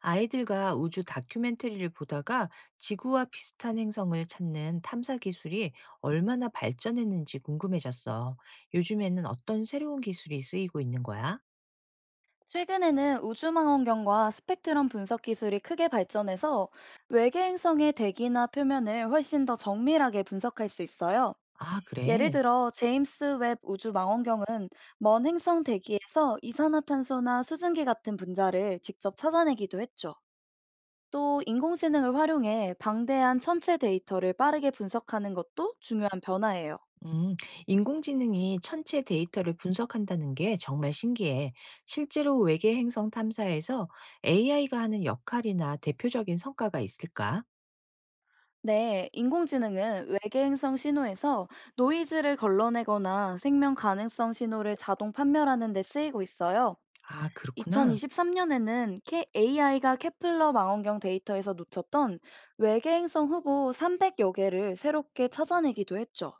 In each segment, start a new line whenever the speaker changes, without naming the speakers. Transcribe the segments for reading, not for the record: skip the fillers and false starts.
아이들과 우주 다큐멘터리를 보다가 지구와 비슷한 행성을 찾는 탐사 기술이 얼마나 발전했는지 궁금해졌어. 요즘에는 어떤 새로운 기술이 쓰이고 있는 거야?
최근에는 우주망원경과 스펙트럼 분석 기술이 크게 발전해서 외계 행성의 대기나 표면을 훨씬 더 정밀하게 분석할 수 있어요.
아,
예를
그래.
들어 제임스 웹 우주망원경은 먼 행성 대기에서 이산화탄소나 수증기 같은 분자를 직접 찾아내기도 했죠. 또 인공지능을 활용해 방대한 천체 데이터를 빠르게 분석하는 것도 중요한 변화예요.
음, 인공지능이 천체 데이터를 분석한다는 게 정말 신기해. 실제로 외계 행성 탐사에서 AI가 하는 역할이나 대표적인 성과가 있을까?
네, 인공지능은 외계행성 신호에서 노이즈를 걸러내거나 생명 가능성 신호를 자동 판별하는 데 쓰이고 있어요.
아, 그렇구나.
2023년에는 AI가 케플러 망원경 데이터에서 놓쳤던 외계행성 후보 300여 개를 새롭게 찾아내기도 했죠.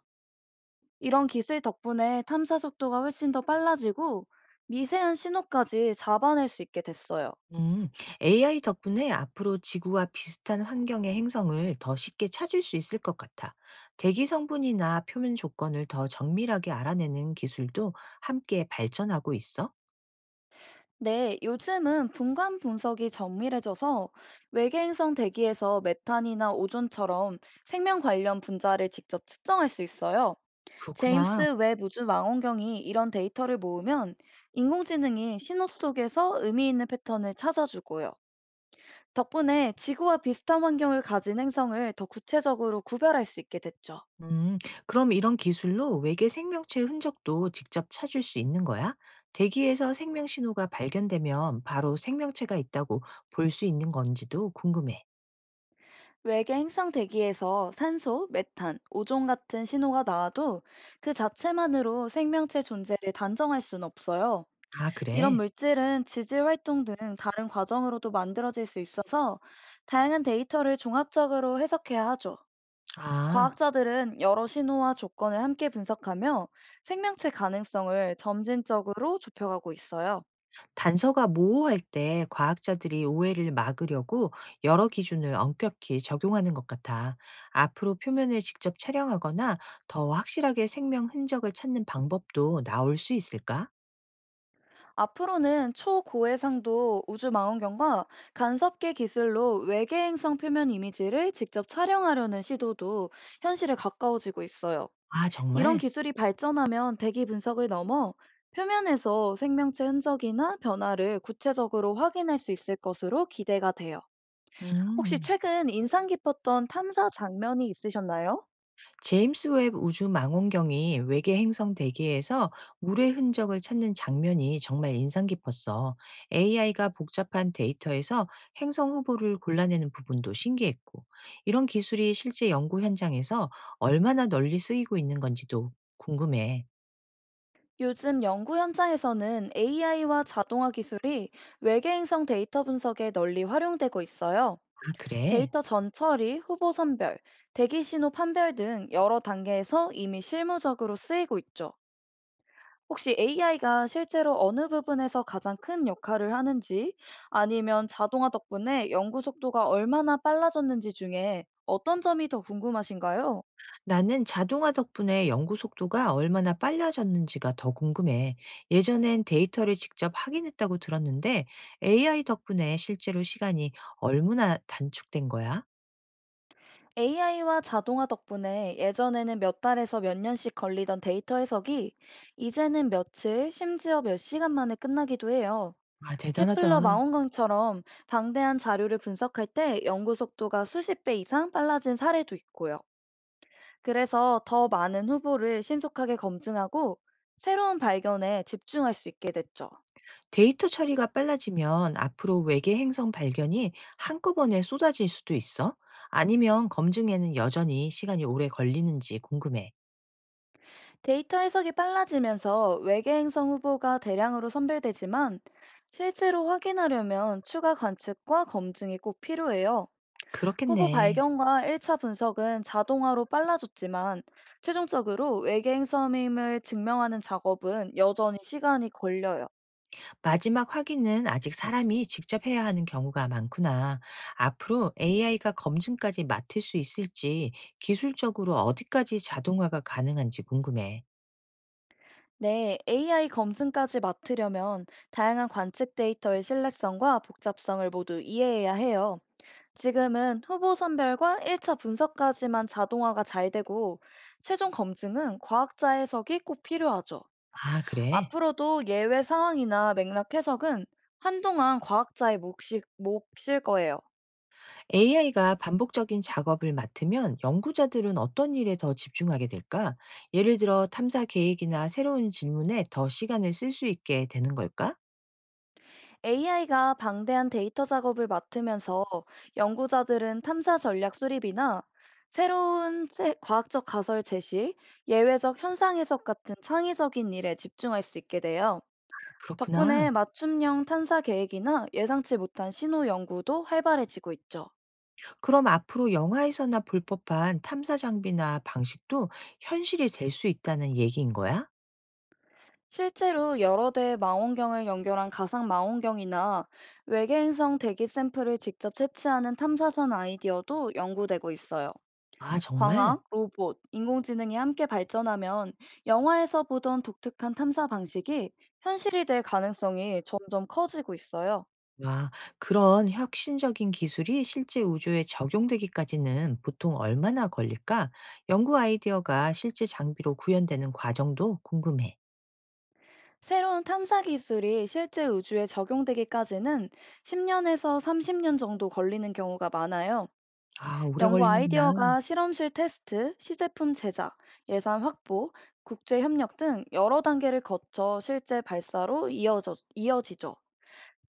이런 기술 덕분에 탐사 속도가 훨씬 더 빨라지고 미세한 신호까지 잡아낼 수 있게 됐어요.
음, AI 덕분에 앞으로 지구와 비슷한 환경의 행성을 더 쉽게 찾을 수 있을 것 같아. 대기 성분이나 표면 조건을 더 정밀하게 알아내는 기술도 함께 발전하고 있어.
네, 요즘은 분간 분석이 정밀해져서 외계행성 대기에서 메탄이나 오존처럼 생명 관련 분자를 직접 측정할 수 있어요.
그렇구나.
제임스 웹 우주 망원경이 이런 데이터를 모으면 인공지능이 신호 속에서 의미 있는 패턴을 찾아주고요. 덕분에 지구와 비슷한 환경을 가진 행성을 더 구체적으로 구별할 수 있게 됐죠.
음, 그럼 이런 기술로 외계 생명체의 흔적도 직접 찾을 수 있는 거야? 대기에서 생명 신호가 발견되면 바로 생명체가 있다고 볼 수 있는 건지도 궁금해.
외계 행성 대기에서 산소, 메탄, 오존 같은 신호가 나와도 그 자체만으로 생명체 존재를 단정할 수는 없어요.
아,
이런
그래?
물질은 지질 활동 등 다른 과정으로도 만들어질 수 있어서 다양한 데이터를 종합적으로 해석해야 하죠.
아.
과학자들은 여러 신호와 조건을 함께 분석하며 생명체 가능성을 점진적으로 좁혀가고 있어요.
단서가 모호할 때 과학자들이 오해를 막으려고 여러 기준을 엄격히 적용하는 것 같아. 앞으로 표면을 직접 촬영하거나 더 확실하게 생명 흔적을 찾는 방법도 나올 수 있을까?
앞으로는 초고해상도 우주망원경과 간섭계 기술로 외계 행성 표면 이미지를 직접 촬영하려는 시도도 현실에 가까워지고 있어요.
아,
이런
정말?
기술이 발전하면 대기 분석을 넘어 표면에서 생명체 흔적이나 변화를 구체적으로 확인할 수 있을 것으로 기대가 돼요. 혹시
음.
최근 인상 깊었던 탐사 장면이 있으셨나요?
제임스 웹 우주 망원경이 외계 행성 대기에서 물의 흔적을 찾는 장면이 정말 인상 깊었어. AI가 복잡한 데이터에서 행성 후보를 골라내는 부분도 신기했고, 이런 기술이 실제 연구 현장에서 얼마나 널리 쓰이고 있는 건지도 궁금해.
요즘 연구 현장에서는 AI와 자동화 기술이 외계 행성 데이터 분석에 널리 활용되고 있어요.
아, 그래?
데이터 전처리, 후보 선별, 대기 신호 판별 등 여러 단계에서 이미 실무적으로 쓰이고 있죠. 혹시 AI가 실제로 어느 부분에서 가장 큰 역할을 하는지, 아니면 자동화 덕분에 연구 속도가 얼마나 빨라졌는지 중에 어떤 점이 더 궁금하신가요?
나는 자동화 덕분에 연구 속도가 얼마나 빨라졌는지가 더 궁금해. 예전엔 데이터를 직접 확인했다고 들었는데 AI 덕분에 실제로 시간이 얼마나 단축된 거야?
AI와 자동화 덕분에 예전에는 몇 달에서 몇 년씩 걸리던 데이터 해석이 이제는 며칠, 심지어 몇 시간 만에 끝나기도 해요.
아,
케플러
대단하다.
망원경처럼 방대한 자료를 분석할 때 연구 속도가 수십 배 이상 빨라진 사례도 있고요. 그래서 더 많은 후보를 신속하게 검증하고 새로운 발견에 집중할 수 있게 됐죠.
데이터 처리가 빨라지면 앞으로 외계 행성 발견이 한꺼번에 쏟아질 수도 있어? 아니면 검증에는 여전히 시간이 오래 걸리는지 궁금해.
데이터 해석이 빨라지면서 외계 행성 후보가 대량으로 선별되지만, 실제로 확인하려면 추가 관측과 검증이 꼭 필요해요. 후보
그렇겠네.
발견과 1차 분석은 자동화로 빨라졌지만, 최종적으로 외계 행성임을 증명하는 작업은 여전히 시간이 걸려요.
마지막 확인은 아직 사람이 직접 해야 하는 경우가 많구나. 앞으로 AI가 검증까지 맡을 수 있을지 기술적으로 어디까지 자동화가 가능한지 궁금해.
네, AI 검증까지 맡으려면 다양한 관측 데이터의 신뢰성과 복잡성을 모두 이해해야 해요. 지금은 후보 선별과 1차 분석까지만 자동화가 잘 되고, 최종 검증은 과학자 해석이 꼭 필요하죠.
아, 그래?
앞으로도 예외 상황이나 맥락 해석은 한동안 과학자의 몫일 거예요.
AI가 반복적인 작업을 맡으면 연구자들은 어떤 일에 더 집중하게 될까? 예를 들어 탐사 계획이나 새로운 질문에 더 시간을 쓸 수 있게 되는 걸까?
AI가 방대한 데이터 작업을 맡으면서 연구자들은 탐사 전략 수립이나 새로운 과학적 가설 제시, 예외적 현상 해석 같은 창의적인 일에 집중할 수 있게 돼요.
그렇구나.
덕분에 맞춤형 탐사 계획이나 예상치 못한 신호 연구도 활발해지고 있죠.
그럼 앞으로 영화에서나 볼 법한 탐사 장비나 방식도 현실이 될 수 있다는 얘기인 거야?
실제로 여러 대의 망원경을 연결한 가상 망원경이나 외계행성 대기 샘플을 직접 채취하는 탐사선 아이디어도 연구되고 있어요.
아, 정말?
광학, 로봇, 인공지능이 함께 발전하면 영화에서 보던 독특한 탐사 방식이 현실이 될 가능성이 점점 커지고 있어요.
와, 그런 혁신적인 기술이 실제 우주에 적용되기까지는 보통 얼마나 걸릴까? 연구 아이디어가 실제 장비로 구현되는 과정도 궁금해.
새로운 탐사 기술이 실제 우주에 적용되기까지는 10년에서 30년 정도 걸리는 경우가 많아요.
아, 오래
연구
걸리는구나.
아이디어가 실험실 테스트, 시제품 제작, 예산 확보, 국제 협력 등 여러 단계를 거쳐 실제 발사로 이어지죠.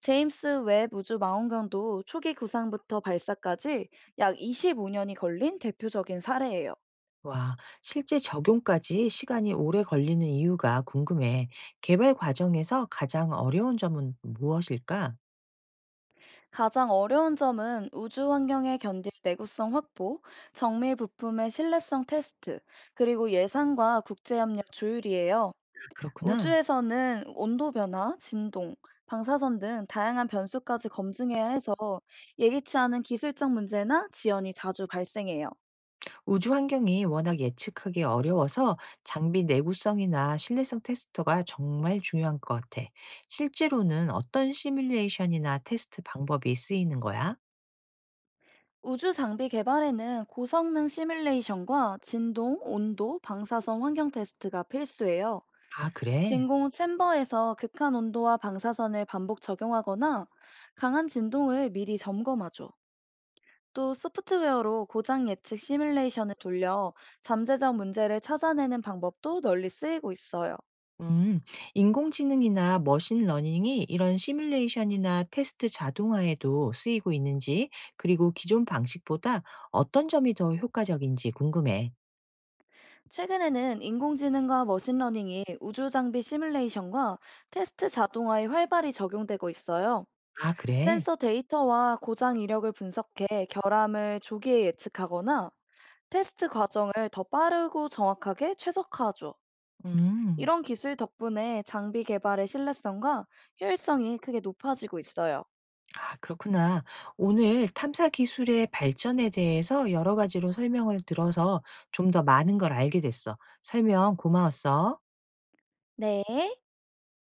제임스 웹 우주 망원경도 초기 구상부터 발사까지 약 25년이 걸린 대표적인 사례예요.
와, 실제 적용까지 시간이 오래 걸리는 이유가 궁금해. 개발 과정에서 가장 어려운 점은 무엇일까? 아,
가장 어려운 점은 우주 환경에 견딜 내구성 확보, 정밀 부품의 신뢰성 테스트, 그리고 예산과 국제협력 조율이에요.
그렇구나.
우주에서는 온도 변화, 진동, 방사선 등 다양한 변수까지 검증해야 해서 예기치 않은 기술적 문제나 지연이 자주 발생해요.
우주 환경이 워낙 예측하기 어려워서 장비 내구성이나 신뢰성 테스트가 정말 중요한 것 같아. 실제로는 어떤 시뮬레이션이나 테스트 방법이 쓰이는 거야?
우주 장비 개발에는 고성능 시뮬레이션과 진동, 온도, 방사선 환경 테스트가 필수예요.
아, 그래?
진공 챔버에서 극한 온도와 방사선을 반복 적용하거나 강한 진동을 미리 점검하죠. 또 소프트웨어로 고장 예측 시뮬레이션을 돌려 잠재적 문제를 찾아내는 방법도 널리 쓰이고 있어요.
음, 인공지능이나 머신러닝이 이런 시뮬레이션이나 테스트 자동화에도 쓰이고 있는지, 그리고 기존 방식보다 어떤 점이 더 효과적인지 궁금해.
최근에는 인공지능과 머신러닝이 우주 장비 시뮬레이션과 테스트 자동화에 활발히 적용되고 있어요.
아, 그래?
센서 데이터와 고장 이력을 분석해 결함을 조기에 예측하거나 테스트 과정을 더 빠르고 정확하게 최적화하죠.
음.
이런 기술 덕분에 장비 개발의 신뢰성과 효율성이 크게 높아지고 있어요.
아, 그렇구나. 오늘 탐사 기술의 발전에 대해서 여러 가지로 설명을 들어서 좀 더 많은 걸 알게 됐어. 설명 고마웠어.
네.